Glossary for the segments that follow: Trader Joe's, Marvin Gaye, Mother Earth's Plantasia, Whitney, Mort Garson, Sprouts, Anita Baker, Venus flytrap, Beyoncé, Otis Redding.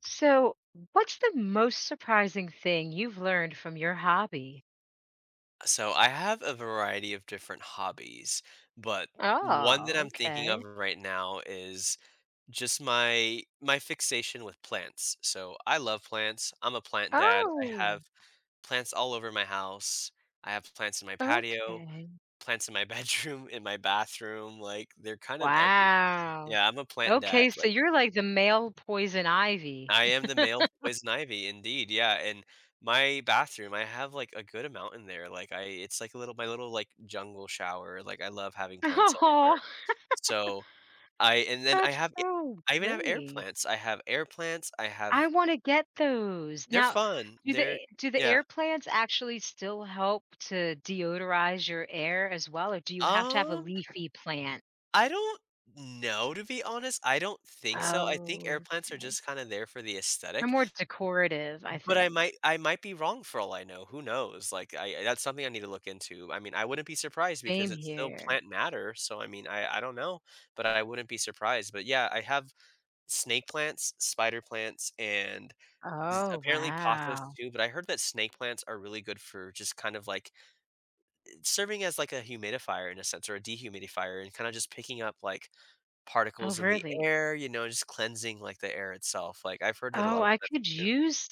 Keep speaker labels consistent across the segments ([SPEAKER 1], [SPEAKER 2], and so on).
[SPEAKER 1] So, what's the most surprising thing you've learned from your hobby?
[SPEAKER 2] So I have a variety of different hobbies, but one that
[SPEAKER 1] Oh,
[SPEAKER 2] I'm thinking of
[SPEAKER 1] okay.
[SPEAKER 2] right now is just my fixation with plants. So I love plants. I'm a plant dad. I
[SPEAKER 1] Oh,
[SPEAKER 2] have plants all over my house. I have plants in my patio,
[SPEAKER 1] okay.
[SPEAKER 2] plants in my bedroom, in my bathroom, like they're kind of every.
[SPEAKER 1] Wow.
[SPEAKER 2] Yeah, I'm a plant dad.
[SPEAKER 1] Okay, so you're like the male poison ivy.
[SPEAKER 2] I am the male poison ivy, indeed. Yeah, and my bathroom, I have like a good amount in there. Like I, it's like a little my little like jungle shower. Like I love having plants everywhere.
[SPEAKER 1] Oh,
[SPEAKER 2] So I, and then I
[SPEAKER 1] that's
[SPEAKER 2] have,
[SPEAKER 1] so
[SPEAKER 2] I even have air
[SPEAKER 1] great.
[SPEAKER 2] plants. I have air plants. I
[SPEAKER 1] I
[SPEAKER 2] have.
[SPEAKER 1] want to get those.
[SPEAKER 2] They're
[SPEAKER 1] Now,
[SPEAKER 2] fun.
[SPEAKER 1] do the
[SPEAKER 2] They're
[SPEAKER 1] do the
[SPEAKER 2] yeah.
[SPEAKER 1] air plants actually still help to deodorize your air as well, or do you have to have a
[SPEAKER 2] Um,
[SPEAKER 1] leafy plant?
[SPEAKER 2] I don't know to be honest. I don't think so. I think air
[SPEAKER 1] Oh,
[SPEAKER 2] plants are
[SPEAKER 1] okay.
[SPEAKER 2] just kind of there for the
[SPEAKER 1] They're
[SPEAKER 2] aesthetic.
[SPEAKER 1] more decorative, I
[SPEAKER 2] But I
[SPEAKER 1] think.
[SPEAKER 2] might I might be wrong for all I know, who knows? Like, I that's something I need to look into. I mean, I wouldn't be surprised because
[SPEAKER 1] Same
[SPEAKER 2] it's still
[SPEAKER 1] here.
[SPEAKER 2] plant matter, so, I mean, I don't know, but I wouldn't be surprised, but yeah, I have snake plants, spider plants, and z
[SPEAKER 1] Oh,
[SPEAKER 2] apparently pothos
[SPEAKER 1] wow.
[SPEAKER 2] too, but I heard that snake plants are really good for just kind of, like, serving as, like, a humidifier in a sense or a dehumidifier and kinda just picking up, like,
[SPEAKER 1] Oh,
[SPEAKER 2] particles in the
[SPEAKER 1] really?
[SPEAKER 2] air, you know, just cleansing, like, the air itself, like, I've heard that a
[SPEAKER 1] Oh,
[SPEAKER 2] lot of
[SPEAKER 1] I
[SPEAKER 2] plants
[SPEAKER 1] could
[SPEAKER 2] are good.
[SPEAKER 1] use.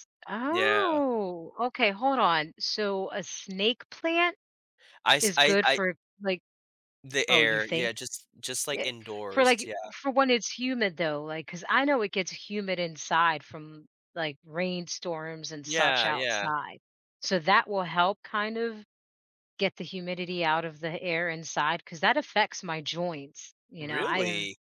[SPEAKER 2] Yeah.
[SPEAKER 1] Oh, okay, hold on. So a snake plant
[SPEAKER 2] I s
[SPEAKER 1] is good
[SPEAKER 2] I
[SPEAKER 1] for, like,
[SPEAKER 2] The
[SPEAKER 1] oh, you
[SPEAKER 2] air, yeah,
[SPEAKER 1] think?
[SPEAKER 2] just, like,
[SPEAKER 1] Yeah, for,
[SPEAKER 2] indoors,
[SPEAKER 1] like,
[SPEAKER 2] yeah.
[SPEAKER 1] for when it's humid, though, like, because I know it gets humid inside from, like, rainstorms and such
[SPEAKER 2] Yeah, yeah.
[SPEAKER 1] outside. So that will help kind of get the humidity out of the air inside because that affects my joints, I have.
[SPEAKER 2] Really?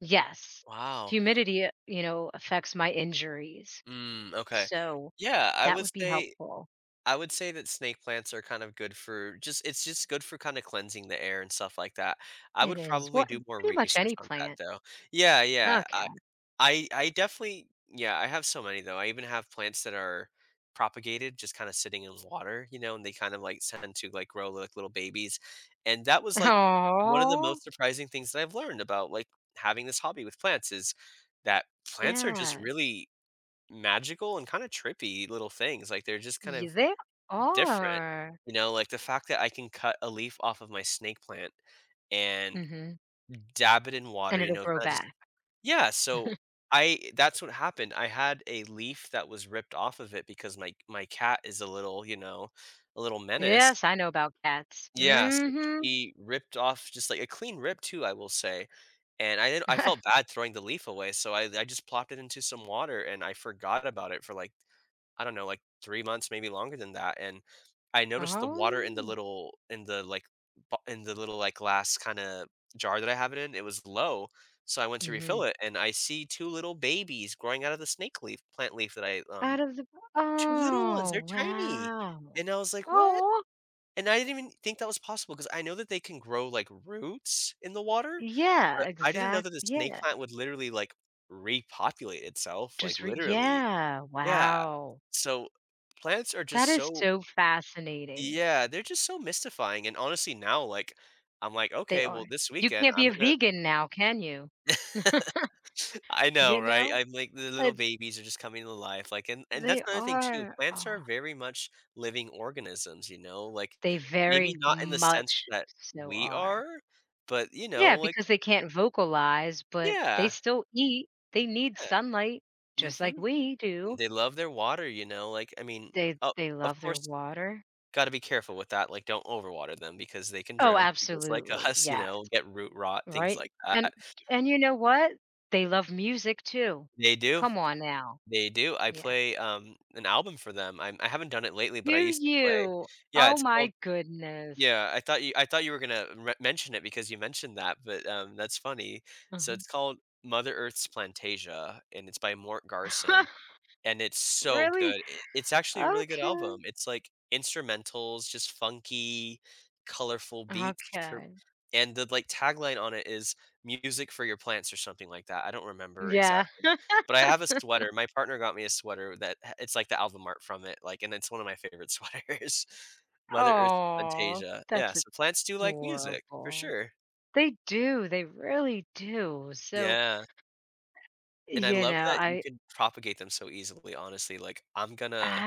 [SPEAKER 1] Yes.
[SPEAKER 2] Wow.
[SPEAKER 1] Humidity, affects my injuries,
[SPEAKER 2] Mm, okay.
[SPEAKER 1] so
[SPEAKER 2] Yeah, I
[SPEAKER 1] that
[SPEAKER 2] would
[SPEAKER 1] would be
[SPEAKER 2] say
[SPEAKER 1] helpful.
[SPEAKER 2] I would say that snake plants are kind of good for just it's just good for kinda cleansing the air and stuff like that. I
[SPEAKER 1] It
[SPEAKER 2] would
[SPEAKER 1] is.
[SPEAKER 2] probably
[SPEAKER 1] What
[SPEAKER 2] do more
[SPEAKER 1] pretty much
[SPEAKER 2] research
[SPEAKER 1] any
[SPEAKER 2] on that,
[SPEAKER 1] plant.
[SPEAKER 2] though. Yeah, yeah,
[SPEAKER 1] Okay.
[SPEAKER 2] I definitely yeah, I have so many though. I even have plants that are propagated just kind of sitting in water, you know, and they kind of like tend to like grow like little babies. And that was like one of the
[SPEAKER 1] Oh.
[SPEAKER 2] most surprising things that I've learned about like having this hobby with plants is that plants are just
[SPEAKER 1] Yeah.
[SPEAKER 2] really magical and kind of trippy little things. Like they're just kind
[SPEAKER 1] Y
[SPEAKER 2] of
[SPEAKER 1] they
[SPEAKER 2] different.
[SPEAKER 1] are.
[SPEAKER 2] You know, like the fact that I can cut a leaf off of my snake plant and
[SPEAKER 1] Mhm.
[SPEAKER 2] dab it in water,
[SPEAKER 1] And
[SPEAKER 2] you
[SPEAKER 1] it'll
[SPEAKER 2] know,
[SPEAKER 1] grow
[SPEAKER 2] kind of just
[SPEAKER 1] back.
[SPEAKER 2] yeah, so I that's what happened. I had a leaf that was ripped off of it because my cat is a little, you know, a little menace.
[SPEAKER 1] Yes, I know about cats.
[SPEAKER 2] Yeah, so
[SPEAKER 1] Mhm.
[SPEAKER 2] she ripped off just like a clean rip too, I will say. And I didn't, I felt bad throwing the leaf away, so I just plopped it into some water and I forgot about it for like I don't know, like 3 months maybe longer than that. And I noticed the water in the
[SPEAKER 1] Oh.
[SPEAKER 2] little in the, like, bo in the little, like, glass kinda jar that I have it in, it was low, so I went to refill
[SPEAKER 1] Mhm.
[SPEAKER 2] it, and I see 2 little babies growing out of the snake leaf plant leaf that I,
[SPEAKER 1] Out of the.
[SPEAKER 2] 2 little ones, they're
[SPEAKER 1] Oh,
[SPEAKER 2] tiny,
[SPEAKER 1] wow.
[SPEAKER 2] and I was like, "What?"
[SPEAKER 1] Oh.
[SPEAKER 2] And I didn't even think that was possible because I know that they can grow, like, roots in the water, but
[SPEAKER 1] Yeah,
[SPEAKER 2] I didn't know
[SPEAKER 1] exact,
[SPEAKER 2] that the snake
[SPEAKER 1] yeah.
[SPEAKER 2] plant would literally, like, repopulate itself, like,
[SPEAKER 1] Just re,
[SPEAKER 2] literally.
[SPEAKER 1] yeah,
[SPEAKER 2] Yeah,
[SPEAKER 1] wow.
[SPEAKER 2] so plants are
[SPEAKER 1] That
[SPEAKER 2] just
[SPEAKER 1] is
[SPEAKER 2] so
[SPEAKER 1] so fascinating.
[SPEAKER 2] yeah, they're just so mystifying, and honestly, now, like, I'm like,
[SPEAKER 1] They
[SPEAKER 2] "Okay, well,
[SPEAKER 1] are.
[SPEAKER 2] this
[SPEAKER 1] You
[SPEAKER 2] weekend,
[SPEAKER 1] can't be
[SPEAKER 2] I'm
[SPEAKER 1] a
[SPEAKER 2] gonna"
[SPEAKER 1] vegan now, can you?
[SPEAKER 2] I know,
[SPEAKER 1] You
[SPEAKER 2] right?
[SPEAKER 1] know?
[SPEAKER 2] I'm like, the little
[SPEAKER 1] It's,
[SPEAKER 2] babies are just coming to life, like, and that's
[SPEAKER 1] they
[SPEAKER 2] another thing too,
[SPEAKER 1] are. Oh,
[SPEAKER 2] plants are very much living organisms, you know? Like,
[SPEAKER 1] they
[SPEAKER 2] maybe
[SPEAKER 1] very
[SPEAKER 2] not in the sense
[SPEAKER 1] much
[SPEAKER 2] that
[SPEAKER 1] so
[SPEAKER 2] we
[SPEAKER 1] are.
[SPEAKER 2] are, but, you
[SPEAKER 1] Yeah,
[SPEAKER 2] know, like
[SPEAKER 1] because they can't vocalize, but they
[SPEAKER 2] yeah,
[SPEAKER 1] still eat. They need
[SPEAKER 2] yeah,
[SPEAKER 1] sunlight just
[SPEAKER 2] mhm.
[SPEAKER 1] like we do.
[SPEAKER 2] They love their water, you know? Like, I mean, o
[SPEAKER 1] They
[SPEAKER 2] of
[SPEAKER 1] love their
[SPEAKER 2] course,
[SPEAKER 1] water.
[SPEAKER 2] gotta be careful with that, like, don't overwater them because they can
[SPEAKER 1] Oh,
[SPEAKER 2] drown too, just like
[SPEAKER 1] absolutely.
[SPEAKER 2] us, you
[SPEAKER 1] Yeah,
[SPEAKER 2] know, get root rot, things
[SPEAKER 1] right?
[SPEAKER 2] like
[SPEAKER 1] And
[SPEAKER 2] that.
[SPEAKER 1] and you know what? They love music too.
[SPEAKER 2] They do,
[SPEAKER 1] Come on now.
[SPEAKER 2] they do. I
[SPEAKER 1] Yeah.
[SPEAKER 2] play, an album for them. I have not done it lately, but I
[SPEAKER 1] Do
[SPEAKER 2] used to play
[SPEAKER 1] you?
[SPEAKER 2] yeah,
[SPEAKER 1] Oh
[SPEAKER 2] it's called
[SPEAKER 1] my goodness.
[SPEAKER 2] yeah, I thought you were gonna re mention it because you mentioned that, but, that's funny. So
[SPEAKER 1] Mhm.
[SPEAKER 2] it's called Mother Earth's Plantasia, and it's by Mort Garson. And it's so
[SPEAKER 1] Really?
[SPEAKER 2] good. I it's actually a really good
[SPEAKER 1] Okay.
[SPEAKER 2] album. It's, like, instrumentals, just funky, colorful beats for
[SPEAKER 1] Okay.
[SPEAKER 2] and the, like, tagline on it is "Music for your plants" or something like that. I don't remember
[SPEAKER 1] Yeah.
[SPEAKER 2] exactly, but I have a sweater. My partner got me a sweater that ha it's, like, the album art from it, like, and it's one of my favorite sweaters. Mother Earth
[SPEAKER 1] Oh,
[SPEAKER 2] Plantasia. Yeah,
[SPEAKER 1] that's
[SPEAKER 2] so plants do like music, for
[SPEAKER 1] adorable.
[SPEAKER 2] sure.
[SPEAKER 1] They do, they really do. So,
[SPEAKER 2] Yeah, and I love that you
[SPEAKER 1] I
[SPEAKER 2] can propagate them so easily, honestly, like, I'm gonna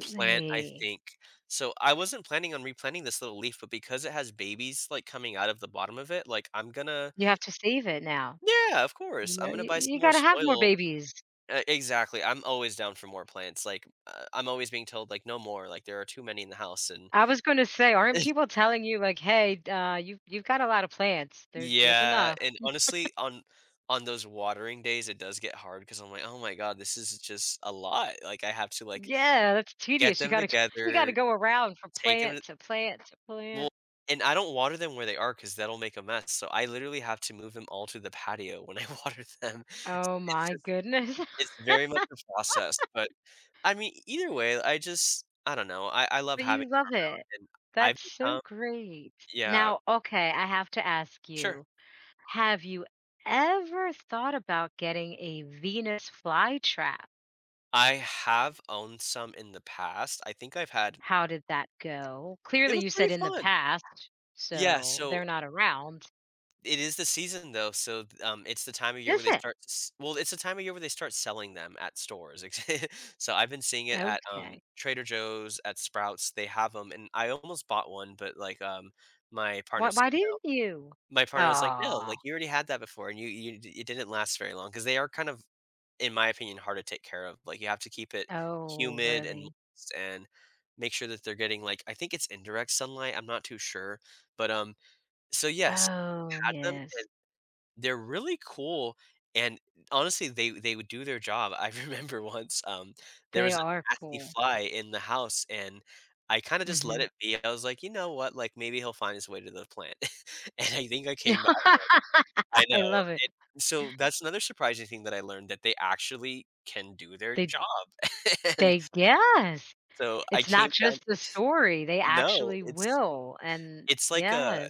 [SPEAKER 2] plant, I think. So I wasn't planning on replanting this little leaf, but because it has babies like coming out of the bottom of it, like I'm gonna
[SPEAKER 1] You have to save it now.
[SPEAKER 2] yeah, of course. I'm gonna
[SPEAKER 1] You
[SPEAKER 2] buy some
[SPEAKER 1] you
[SPEAKER 2] more
[SPEAKER 1] gotta have more
[SPEAKER 2] soil.
[SPEAKER 1] babies.
[SPEAKER 2] Exactly. I'm always down for more plants. Like I'm always being told like no more, like there are too many in the house and
[SPEAKER 1] I was gonna say, aren't people telling you like, "Hey, you've got a lot of plants. There's
[SPEAKER 2] yeah,
[SPEAKER 1] enough."
[SPEAKER 2] and honestly on those watering days it does get hard because I'm like, "Oh my god, this is just a lot." Like I have to like
[SPEAKER 1] Yeah, that's
[SPEAKER 2] get
[SPEAKER 1] tedious. You
[SPEAKER 2] them
[SPEAKER 1] gotta you gotta
[SPEAKER 2] together,
[SPEAKER 1] go around from
[SPEAKER 2] take them
[SPEAKER 1] plant to plant to
[SPEAKER 2] Well,
[SPEAKER 1] plant.
[SPEAKER 2] and I don't water them where they are because 'cause that'll make a mess, so I literally have to move them all to the patio when I water them. So
[SPEAKER 1] Oh
[SPEAKER 2] it's
[SPEAKER 1] my
[SPEAKER 2] just
[SPEAKER 1] goodness.
[SPEAKER 2] it's very much a process, but, I mean, e, either way, I just I don't know, I love
[SPEAKER 1] But
[SPEAKER 2] having
[SPEAKER 1] you love it.
[SPEAKER 2] them, and I've
[SPEAKER 1] That's so
[SPEAKER 2] become
[SPEAKER 1] great.
[SPEAKER 2] yeah,
[SPEAKER 1] Now, okay, I have to ask
[SPEAKER 2] sure.
[SPEAKER 1] you, have you ever thought about getting a Venus flytrap?
[SPEAKER 2] I have owned some in the past. I think I've had
[SPEAKER 1] How did that go?
[SPEAKER 2] it
[SPEAKER 1] Clearly
[SPEAKER 2] was
[SPEAKER 1] you
[SPEAKER 2] pretty
[SPEAKER 1] said in the
[SPEAKER 2] fun.
[SPEAKER 1] past,
[SPEAKER 2] Yeah,
[SPEAKER 1] so
[SPEAKER 2] so
[SPEAKER 1] they're not around.
[SPEAKER 2] it is the season though, so, it's the time of year where
[SPEAKER 1] Is
[SPEAKER 2] they
[SPEAKER 1] it?
[SPEAKER 2] start s well, it's the time of year where they start selling them at stores, ex so I've been seeing it at,
[SPEAKER 1] Okay.
[SPEAKER 2] Trader Joe's, at Sprouts, they have them, and I almost bought one, but, like, my partner
[SPEAKER 1] Why
[SPEAKER 2] said
[SPEAKER 1] why
[SPEAKER 2] no.
[SPEAKER 1] didn't you?
[SPEAKER 2] My partner was like, "No,
[SPEAKER 1] Aw.
[SPEAKER 2] like, you already had that before, and you d it didn't last very long because they are kind of, in my opinion, hard to take care of, like, you have to keep it
[SPEAKER 1] Oh,
[SPEAKER 2] humid and
[SPEAKER 1] really?
[SPEAKER 2] moist and make sure that they're getting, like I think it's indirect sunlight, I'm not too sure, but, so yes,
[SPEAKER 1] Oh,
[SPEAKER 2] I had them
[SPEAKER 1] yes.
[SPEAKER 2] they're really cool, and honestly, they would do their job. I remember once, there
[SPEAKER 1] They
[SPEAKER 2] was a
[SPEAKER 1] are
[SPEAKER 2] nasty
[SPEAKER 1] cool.
[SPEAKER 2] fly in the house, and I kinda just let
[SPEAKER 1] Mhm.
[SPEAKER 2] it be. I was like, "You know what? Like, maybe he'll find his way to the plant." And I think I came back I
[SPEAKER 1] I
[SPEAKER 2] know.
[SPEAKER 1] love it.
[SPEAKER 2] So that's another surprising thing that I learned, that they actually can do their
[SPEAKER 1] They
[SPEAKER 2] job. And
[SPEAKER 1] they, yes.
[SPEAKER 2] so I
[SPEAKER 1] It's
[SPEAKER 2] came
[SPEAKER 1] not
[SPEAKER 2] down
[SPEAKER 1] just the story, they
[SPEAKER 2] No,
[SPEAKER 1] actually will, and
[SPEAKER 2] it's like a
[SPEAKER 1] yes.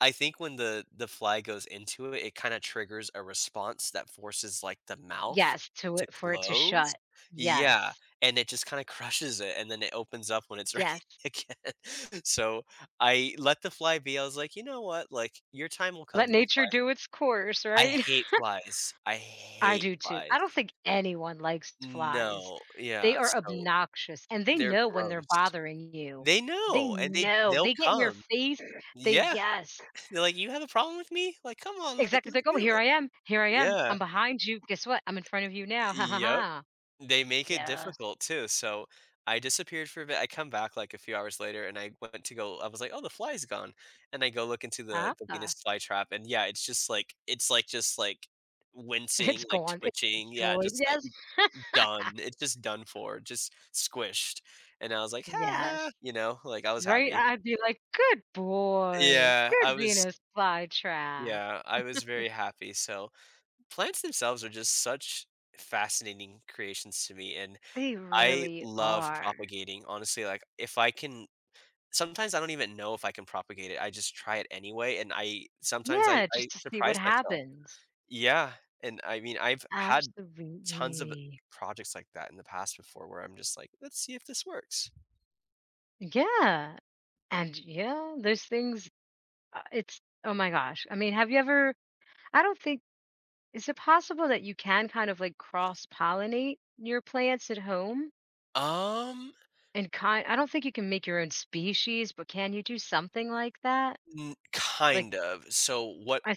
[SPEAKER 2] I think when the fly goes into it, it kinda triggers a response that forces, like, the mouth
[SPEAKER 1] Yes, to
[SPEAKER 2] to
[SPEAKER 1] it for it to
[SPEAKER 2] close.
[SPEAKER 1] shut.
[SPEAKER 2] Yeah,
[SPEAKER 1] Yes.
[SPEAKER 2] and it just kinda crushes it, and then it opens up when it's ready
[SPEAKER 1] Yes.
[SPEAKER 2] again. So, I let the fly be, I was like, "You know what? Like, your time will come,
[SPEAKER 1] Let
[SPEAKER 2] little
[SPEAKER 1] nature
[SPEAKER 2] fly."
[SPEAKER 1] do its course,
[SPEAKER 2] I
[SPEAKER 1] right?
[SPEAKER 2] hate flies. I
[SPEAKER 1] I
[SPEAKER 2] hate
[SPEAKER 1] do too.
[SPEAKER 2] flies.
[SPEAKER 1] I don't think anyone likes flies.
[SPEAKER 2] No.
[SPEAKER 1] They
[SPEAKER 2] Yeah,
[SPEAKER 1] are
[SPEAKER 2] so
[SPEAKER 1] obnoxious, and they
[SPEAKER 2] they're
[SPEAKER 1] know when they're
[SPEAKER 2] gross.
[SPEAKER 1] bothering you.
[SPEAKER 2] They
[SPEAKER 1] They
[SPEAKER 2] know, and they
[SPEAKER 1] know.
[SPEAKER 2] they'll
[SPEAKER 1] They get in your
[SPEAKER 2] come.
[SPEAKER 1] face. They,
[SPEAKER 2] Yeah.
[SPEAKER 1] yes.
[SPEAKER 2] They're like, "You have a problem with me? Like, come on, like,
[SPEAKER 1] Exactly, it's
[SPEAKER 2] let's
[SPEAKER 1] like, "Oh,
[SPEAKER 2] do it."
[SPEAKER 1] here I am,
[SPEAKER 2] Yeah.
[SPEAKER 1] I'm behind you, guess what? I'm in front of you now, ha, ha,
[SPEAKER 2] Yep,
[SPEAKER 1] ha."
[SPEAKER 2] they make it
[SPEAKER 1] Yes,
[SPEAKER 2] difficult too, so I disappeared for a bit, I come back, like, a few hours later, and I went to go I was like, "Oh, the fly's gone," and I go look into the
[SPEAKER 1] ah,
[SPEAKER 2] the Venus flytrap, and yeah, it's just like it's like just like wincing,
[SPEAKER 1] it's
[SPEAKER 2] like
[SPEAKER 1] gone, it's
[SPEAKER 2] twitching, yeah,
[SPEAKER 1] destroyed,
[SPEAKER 2] just like
[SPEAKER 1] yes,
[SPEAKER 2] done, it's just done for, just squished, and I was like, "Ha
[SPEAKER 1] yes,
[SPEAKER 2] ha," you know, like, I was
[SPEAKER 1] right?
[SPEAKER 2] happy.
[SPEAKER 1] I'd be like, "Good boy,
[SPEAKER 2] Yeah, I
[SPEAKER 1] good
[SPEAKER 2] was
[SPEAKER 1] Venus flytrap."
[SPEAKER 2] yeah, I was very happy, so plants themselves are just such fascinating creations to me, and
[SPEAKER 1] They
[SPEAKER 2] I
[SPEAKER 1] really
[SPEAKER 2] love
[SPEAKER 1] are.
[SPEAKER 2] propagating, honestly, like, if I can sometimes I don't even know if I can propagate it, I just try it anyway, and I sometimes I
[SPEAKER 1] Yeah,
[SPEAKER 2] I
[SPEAKER 1] just to see
[SPEAKER 2] surprise
[SPEAKER 1] what
[SPEAKER 2] myself.
[SPEAKER 1] happens.
[SPEAKER 2] Yeah, and I mean, I've had tons of
[SPEAKER 1] Absolutely.
[SPEAKER 2] projects like that in the past before where I'm just like, "Let's see if this works."
[SPEAKER 1] Yeah, and yeah, those things, it's oh my gosh, I mean, have you ever. I don't think. Is it possible that you can kind of like cross-pollinate your plants at home?
[SPEAKER 2] Um,
[SPEAKER 1] And kind, I don't think you can make your own species, but can you do something like that?
[SPEAKER 2] N
[SPEAKER 1] Like,
[SPEAKER 2] kind of. So what
[SPEAKER 1] I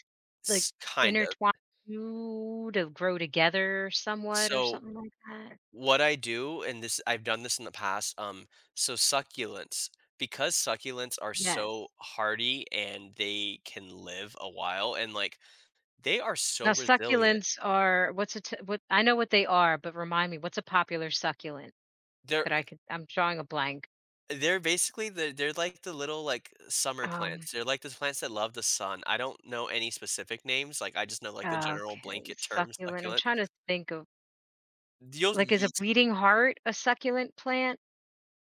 [SPEAKER 1] like
[SPEAKER 2] s kind of.
[SPEAKER 1] intertwine you to grow together somewhat or
[SPEAKER 2] So
[SPEAKER 1] something like that?
[SPEAKER 2] what I do, and this I've done this in the past, so succulents, because succulents are so
[SPEAKER 1] Yes.
[SPEAKER 2] hardy and they can live a while, and like they are so
[SPEAKER 1] Now
[SPEAKER 2] resilient.
[SPEAKER 1] succulents are what's a t- what, I know what they are, but remind me what's a popular succulent
[SPEAKER 2] They're
[SPEAKER 1] that I could, I'm drawing a blank.
[SPEAKER 2] they're basically they're like the little, like, summer
[SPEAKER 1] Um
[SPEAKER 2] plants. They're like the plants that love the sun. I don't know any specific names. Like, I just know, like, the general
[SPEAKER 1] okay,
[SPEAKER 2] blanket term
[SPEAKER 1] succulent. I'm
[SPEAKER 2] succulent.
[SPEAKER 1] trying to think of,
[SPEAKER 2] You'll
[SPEAKER 1] like, is
[SPEAKER 2] y-
[SPEAKER 1] a bleeding heart a succulent plant?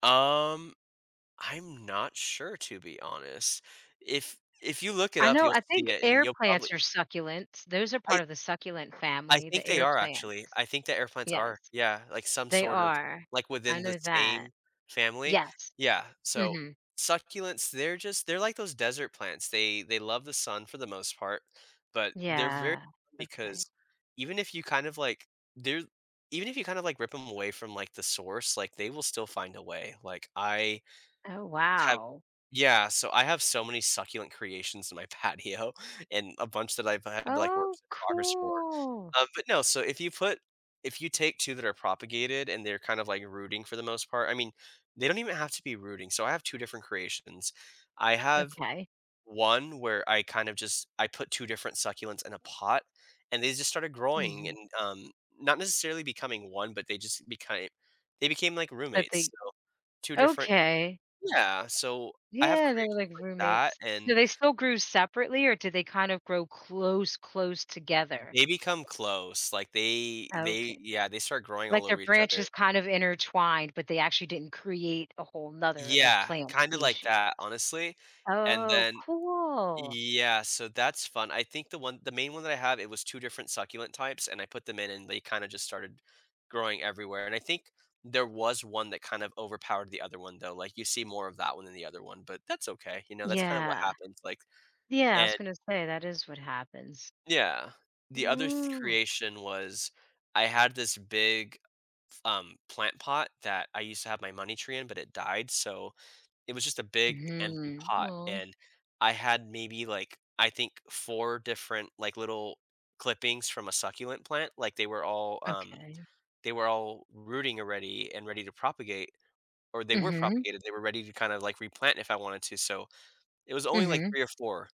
[SPEAKER 2] um I'm not sure, to be honest. If you look it
[SPEAKER 1] I
[SPEAKER 2] up,
[SPEAKER 1] know,
[SPEAKER 2] you'll
[SPEAKER 1] I
[SPEAKER 2] see
[SPEAKER 1] think
[SPEAKER 2] it, and
[SPEAKER 1] air
[SPEAKER 2] you'll probably.
[SPEAKER 1] plants are succulents. Those are part of the succulent
[SPEAKER 2] I
[SPEAKER 1] family,
[SPEAKER 2] think
[SPEAKER 1] the
[SPEAKER 2] they
[SPEAKER 1] air
[SPEAKER 2] are, actually.
[SPEAKER 1] plants.
[SPEAKER 2] I think the airplanes
[SPEAKER 1] Yes,
[SPEAKER 2] are, yeah, like some
[SPEAKER 1] they
[SPEAKER 2] sort of,
[SPEAKER 1] are.
[SPEAKER 2] like,
[SPEAKER 1] I
[SPEAKER 2] within the
[SPEAKER 1] know that.
[SPEAKER 2] same family.
[SPEAKER 1] Yes.
[SPEAKER 2] Yeah, so
[SPEAKER 1] Mhm.
[SPEAKER 2] succulents, they're just, they're like those desert plants. They love the sun for the most part, but they're very
[SPEAKER 1] Yeah.
[SPEAKER 2] fun
[SPEAKER 1] Okay.
[SPEAKER 2] because even if you kind of like they're even if you kind of, like, rip them away from, like, the source, like, they will still find a way. Like I
[SPEAKER 1] Oh,
[SPEAKER 2] have
[SPEAKER 1] wow.
[SPEAKER 2] Yeah, so I have so many succulent creations in my patio and a bunch that I've had to, like, work
[SPEAKER 1] Oh,
[SPEAKER 2] in progress for.
[SPEAKER 1] cool.
[SPEAKER 2] But no, so if you take 2 that are propagated and they're kind of, like, rooting, for the most part. I mean, they don't even have to be rooting. So I have 2 different creations. I have
[SPEAKER 1] Okay.
[SPEAKER 2] one where I kind of just I put 2 different succulents in a pot, and they just started growing,
[SPEAKER 1] Mhm.
[SPEAKER 2] and, not necessarily becoming one, but they became like
[SPEAKER 1] But
[SPEAKER 2] roommates.
[SPEAKER 1] they,
[SPEAKER 2] So 2 different.
[SPEAKER 1] okay.
[SPEAKER 2] Yeah, so I have
[SPEAKER 1] Yeah, they were
[SPEAKER 2] creations
[SPEAKER 1] like
[SPEAKER 2] like that,
[SPEAKER 1] roommates.
[SPEAKER 2] and
[SPEAKER 1] So they still grew separately, or did they kind of grow close, close together?
[SPEAKER 2] they become close. Like, they
[SPEAKER 1] Okay.
[SPEAKER 2] yeah, they start growing all
[SPEAKER 1] Like, their
[SPEAKER 2] over each other.
[SPEAKER 1] branches kind of intertwined, but they actually didn't create a whole whole 'nother, like,
[SPEAKER 2] Yeah,
[SPEAKER 1] plant
[SPEAKER 2] kinda like
[SPEAKER 1] species.
[SPEAKER 2] that, honestly, and
[SPEAKER 1] Oh,
[SPEAKER 2] then
[SPEAKER 1] cool.
[SPEAKER 2] yeah, so that's fun. I think the main one that I have, it was 2 different succulent types, and I put them in, and they kinda just started growing everywhere. And I think there was one that kind of overpowered the other one, though. Like, you see more of that one than the other one, but that's okay, you know, that's kind of what
[SPEAKER 1] Yeah.
[SPEAKER 2] happens, like,
[SPEAKER 1] Yeah, I was
[SPEAKER 2] and
[SPEAKER 1] gonna say that is what happens.
[SPEAKER 2] yeah. The other th
[SPEAKER 1] Ooh.
[SPEAKER 2] creation was, I had this big, plant pot that I used to have my money tree in, but it died, so it was just a big empty
[SPEAKER 1] Mhm.
[SPEAKER 2] pot.
[SPEAKER 1] Aw,
[SPEAKER 2] And I had maybe, like, I think 4 different, like, little clippings from a succulent plant. Like,
[SPEAKER 1] okay.
[SPEAKER 2] they were all rooting already and ready to propagate, or they were
[SPEAKER 1] Mhm,
[SPEAKER 2] propagated, they were ready to kinda, like, replant if I wanted to. So it was only, like,
[SPEAKER 1] mhm.
[SPEAKER 2] 3 or 4.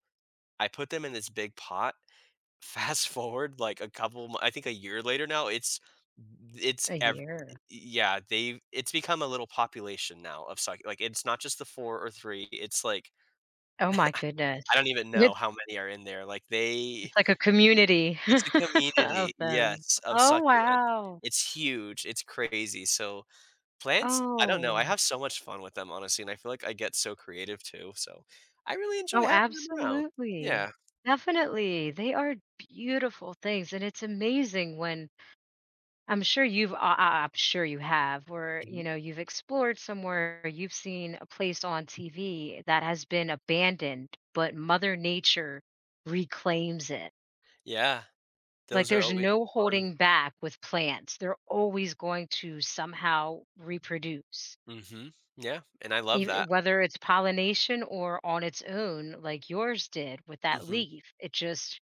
[SPEAKER 2] I put them in this big pot. Fast forward, like, a couple mo I think a year later, now it's
[SPEAKER 1] A
[SPEAKER 2] ev
[SPEAKER 1] year.
[SPEAKER 2] yeah, they've it's become a little population now of succ like, it's not just the 4 or 3, it's, like,
[SPEAKER 1] Oh my goodness.
[SPEAKER 2] I don't even know
[SPEAKER 1] It's
[SPEAKER 2] how many are in there. Like, they,
[SPEAKER 1] it's like a community
[SPEAKER 2] it's a
[SPEAKER 1] of
[SPEAKER 2] community,
[SPEAKER 1] them.
[SPEAKER 2] yes, of
[SPEAKER 1] Oh,
[SPEAKER 2] succulent.
[SPEAKER 1] wow.
[SPEAKER 2] It's huge, it's crazy. So plants, I don't know,
[SPEAKER 1] Oh.
[SPEAKER 2] I have so much fun with them, honestly, and I feel like I get so creative too, so I really enjoy
[SPEAKER 1] Oh,
[SPEAKER 2] having them around.
[SPEAKER 1] absolutely.
[SPEAKER 2] Yeah.
[SPEAKER 1] Definitely. They are beautiful things, and it's amazing when, I'm sure you've I'm sure you have where,
[SPEAKER 2] Mhm.
[SPEAKER 1] you've explored somewhere, you've seen a place on TV that has been abandoned, but Mother Nature reclaims it.
[SPEAKER 2] Yeah,
[SPEAKER 1] Like
[SPEAKER 2] those are
[SPEAKER 1] there's
[SPEAKER 2] always
[SPEAKER 1] no
[SPEAKER 2] fun.
[SPEAKER 1] holding back with plants. They're always going to somehow reproduce.
[SPEAKER 2] Mhm. Yeah, and I love
[SPEAKER 1] Ev-
[SPEAKER 2] that.
[SPEAKER 1] Whether it's pollination or on its own, like yours did with that
[SPEAKER 2] Mhm.
[SPEAKER 1] leaf, it just.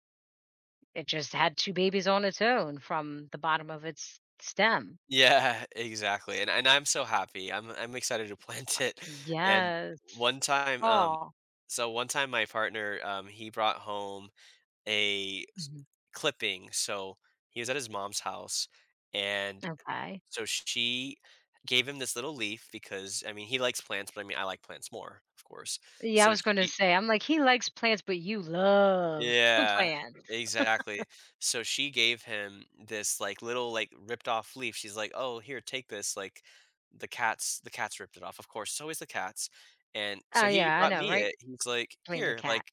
[SPEAKER 1] It just had 2 babies on its own from the bottom of its stem.
[SPEAKER 2] Yeah, exactly, and I'm so happy, I'm excited to plant it, and
[SPEAKER 1] Yes.
[SPEAKER 2] one time,
[SPEAKER 1] Oh.
[SPEAKER 2] so one time my partner, he brought home a s
[SPEAKER 1] Mhm.
[SPEAKER 2] clipping. So he was at his mom's house, and
[SPEAKER 1] Okay.
[SPEAKER 2] so she gave him this little leaf because, I mean, he likes plants, but, I mean, I like plants more, of course.
[SPEAKER 1] Yeah, I
[SPEAKER 2] So
[SPEAKER 1] was gonna
[SPEAKER 2] she,
[SPEAKER 1] say, I'm like, he likes plants, but you love
[SPEAKER 2] yeah,
[SPEAKER 1] plants.
[SPEAKER 2] exactly. So she gave him this, like, little, like, ripped off leaf. She's like, "Oh, here, take this," like, the cats ripped it off, of course. It's always the cats, and so
[SPEAKER 1] Oh,
[SPEAKER 2] he
[SPEAKER 1] yeah, I
[SPEAKER 2] brought
[SPEAKER 1] know,
[SPEAKER 2] me
[SPEAKER 1] right?
[SPEAKER 2] it. He's like,
[SPEAKER 1] Blame the
[SPEAKER 2] "Here,"
[SPEAKER 1] cat.
[SPEAKER 2] like,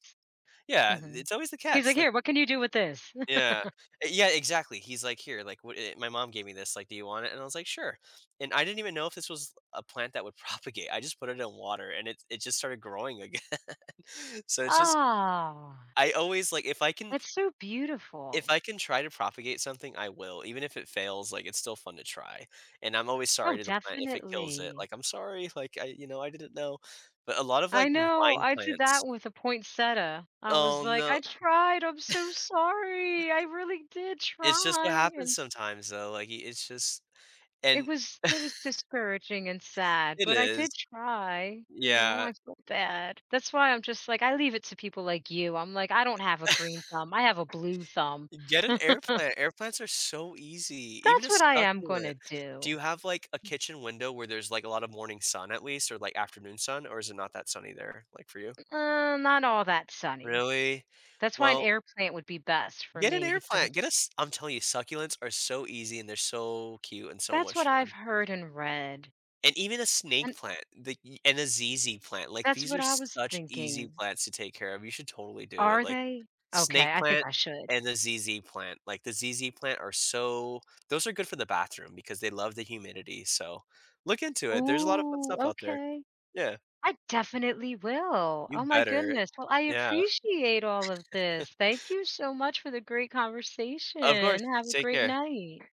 [SPEAKER 2] yeah,
[SPEAKER 1] Mhm.
[SPEAKER 2] it's always the
[SPEAKER 1] He's like,
[SPEAKER 2] cats, like,
[SPEAKER 1] "Here, what can you do with this?"
[SPEAKER 2] yeah. Eh, yeah, exactly. He's like, "Here, like, what, eh, my mom gave me this, like, do you want it?" And I was like, "Sure." And I didn't even know if this was a plant that would propagate. I just put it in water, and it just started growing again. So it's just,
[SPEAKER 1] Aw,
[SPEAKER 2] I always like,
[SPEAKER 1] that's so
[SPEAKER 2] if
[SPEAKER 1] beautiful.
[SPEAKER 2] I can try to propagate something, I will. Even if it fails, like, it's still fun to try. And I'm always
[SPEAKER 1] Oh,
[SPEAKER 2] sorry to the plant if it kills it.
[SPEAKER 1] definitely.
[SPEAKER 2] Like, "I'm sorry, like, I, I didn't know." But a lot of,
[SPEAKER 1] I
[SPEAKER 2] like,
[SPEAKER 1] know,
[SPEAKER 2] vine
[SPEAKER 1] I did
[SPEAKER 2] plants.
[SPEAKER 1] that with a poinsettia. I was
[SPEAKER 2] Oh,
[SPEAKER 1] like,
[SPEAKER 2] no.
[SPEAKER 1] "I tried, I'm so sorry, I really did
[SPEAKER 2] It's just what
[SPEAKER 1] try,"
[SPEAKER 2] happens
[SPEAKER 1] and
[SPEAKER 2] sometimes, though, like, y it's just,
[SPEAKER 1] it
[SPEAKER 2] and
[SPEAKER 1] was, it was discouraging and sad,
[SPEAKER 2] it
[SPEAKER 1] but I
[SPEAKER 2] is.
[SPEAKER 1] did try,
[SPEAKER 2] Yeah.
[SPEAKER 1] I felt bad. That's why I'm just like, I leave it to people like you. I'm like, I don't have a green thumb. I have a blue thumb.
[SPEAKER 2] Get an air plant. Air plants are so easy. Even a
[SPEAKER 1] That's what I am
[SPEAKER 2] succulent.
[SPEAKER 1] gonna
[SPEAKER 2] Do you
[SPEAKER 1] do.
[SPEAKER 2] have, like, a kitchen window where there's, like, a lot of morning sun at least, or, like, afternoon sun, or is it not that sunny there, like, for you?
[SPEAKER 1] Not all that sunny.
[SPEAKER 2] Really?
[SPEAKER 1] That's why an
[SPEAKER 2] Well,
[SPEAKER 1] air plant would be best for
[SPEAKER 2] get an
[SPEAKER 1] me
[SPEAKER 2] air
[SPEAKER 1] because
[SPEAKER 2] plant.
[SPEAKER 1] it's,
[SPEAKER 2] Get a s I'm telling you, succulents are so easy, and they're so cute and so
[SPEAKER 1] that's
[SPEAKER 2] much
[SPEAKER 1] what
[SPEAKER 2] fun.
[SPEAKER 1] I've heard and read.
[SPEAKER 2] And even a snake
[SPEAKER 1] And
[SPEAKER 2] plant, the y and a ZZ plant. Like,
[SPEAKER 1] that's
[SPEAKER 2] these
[SPEAKER 1] what
[SPEAKER 2] are
[SPEAKER 1] I was
[SPEAKER 2] such easy
[SPEAKER 1] thinking.
[SPEAKER 2] plants to take care of. You should totally do it,
[SPEAKER 1] Are
[SPEAKER 2] like,
[SPEAKER 1] they? Okay,
[SPEAKER 2] Snake
[SPEAKER 1] I think
[SPEAKER 2] plant
[SPEAKER 1] I should.
[SPEAKER 2] and the ZZ plant. Like, the ZZ plant are so, those are good for the bathroom because they love the humidity, so look into it, there's a lot of fun
[SPEAKER 1] Ooh,
[SPEAKER 2] stuff out there.
[SPEAKER 1] okay.
[SPEAKER 2] Yeah,
[SPEAKER 1] I definitely will.
[SPEAKER 2] you
[SPEAKER 1] Oh my
[SPEAKER 2] better.
[SPEAKER 1] goodness. Well, I
[SPEAKER 2] Yeah,
[SPEAKER 1] appreciate all of this. Thank you so much for the great
[SPEAKER 2] of course,
[SPEAKER 1] conversation. Have a
[SPEAKER 2] take
[SPEAKER 1] great
[SPEAKER 2] care.
[SPEAKER 1] night.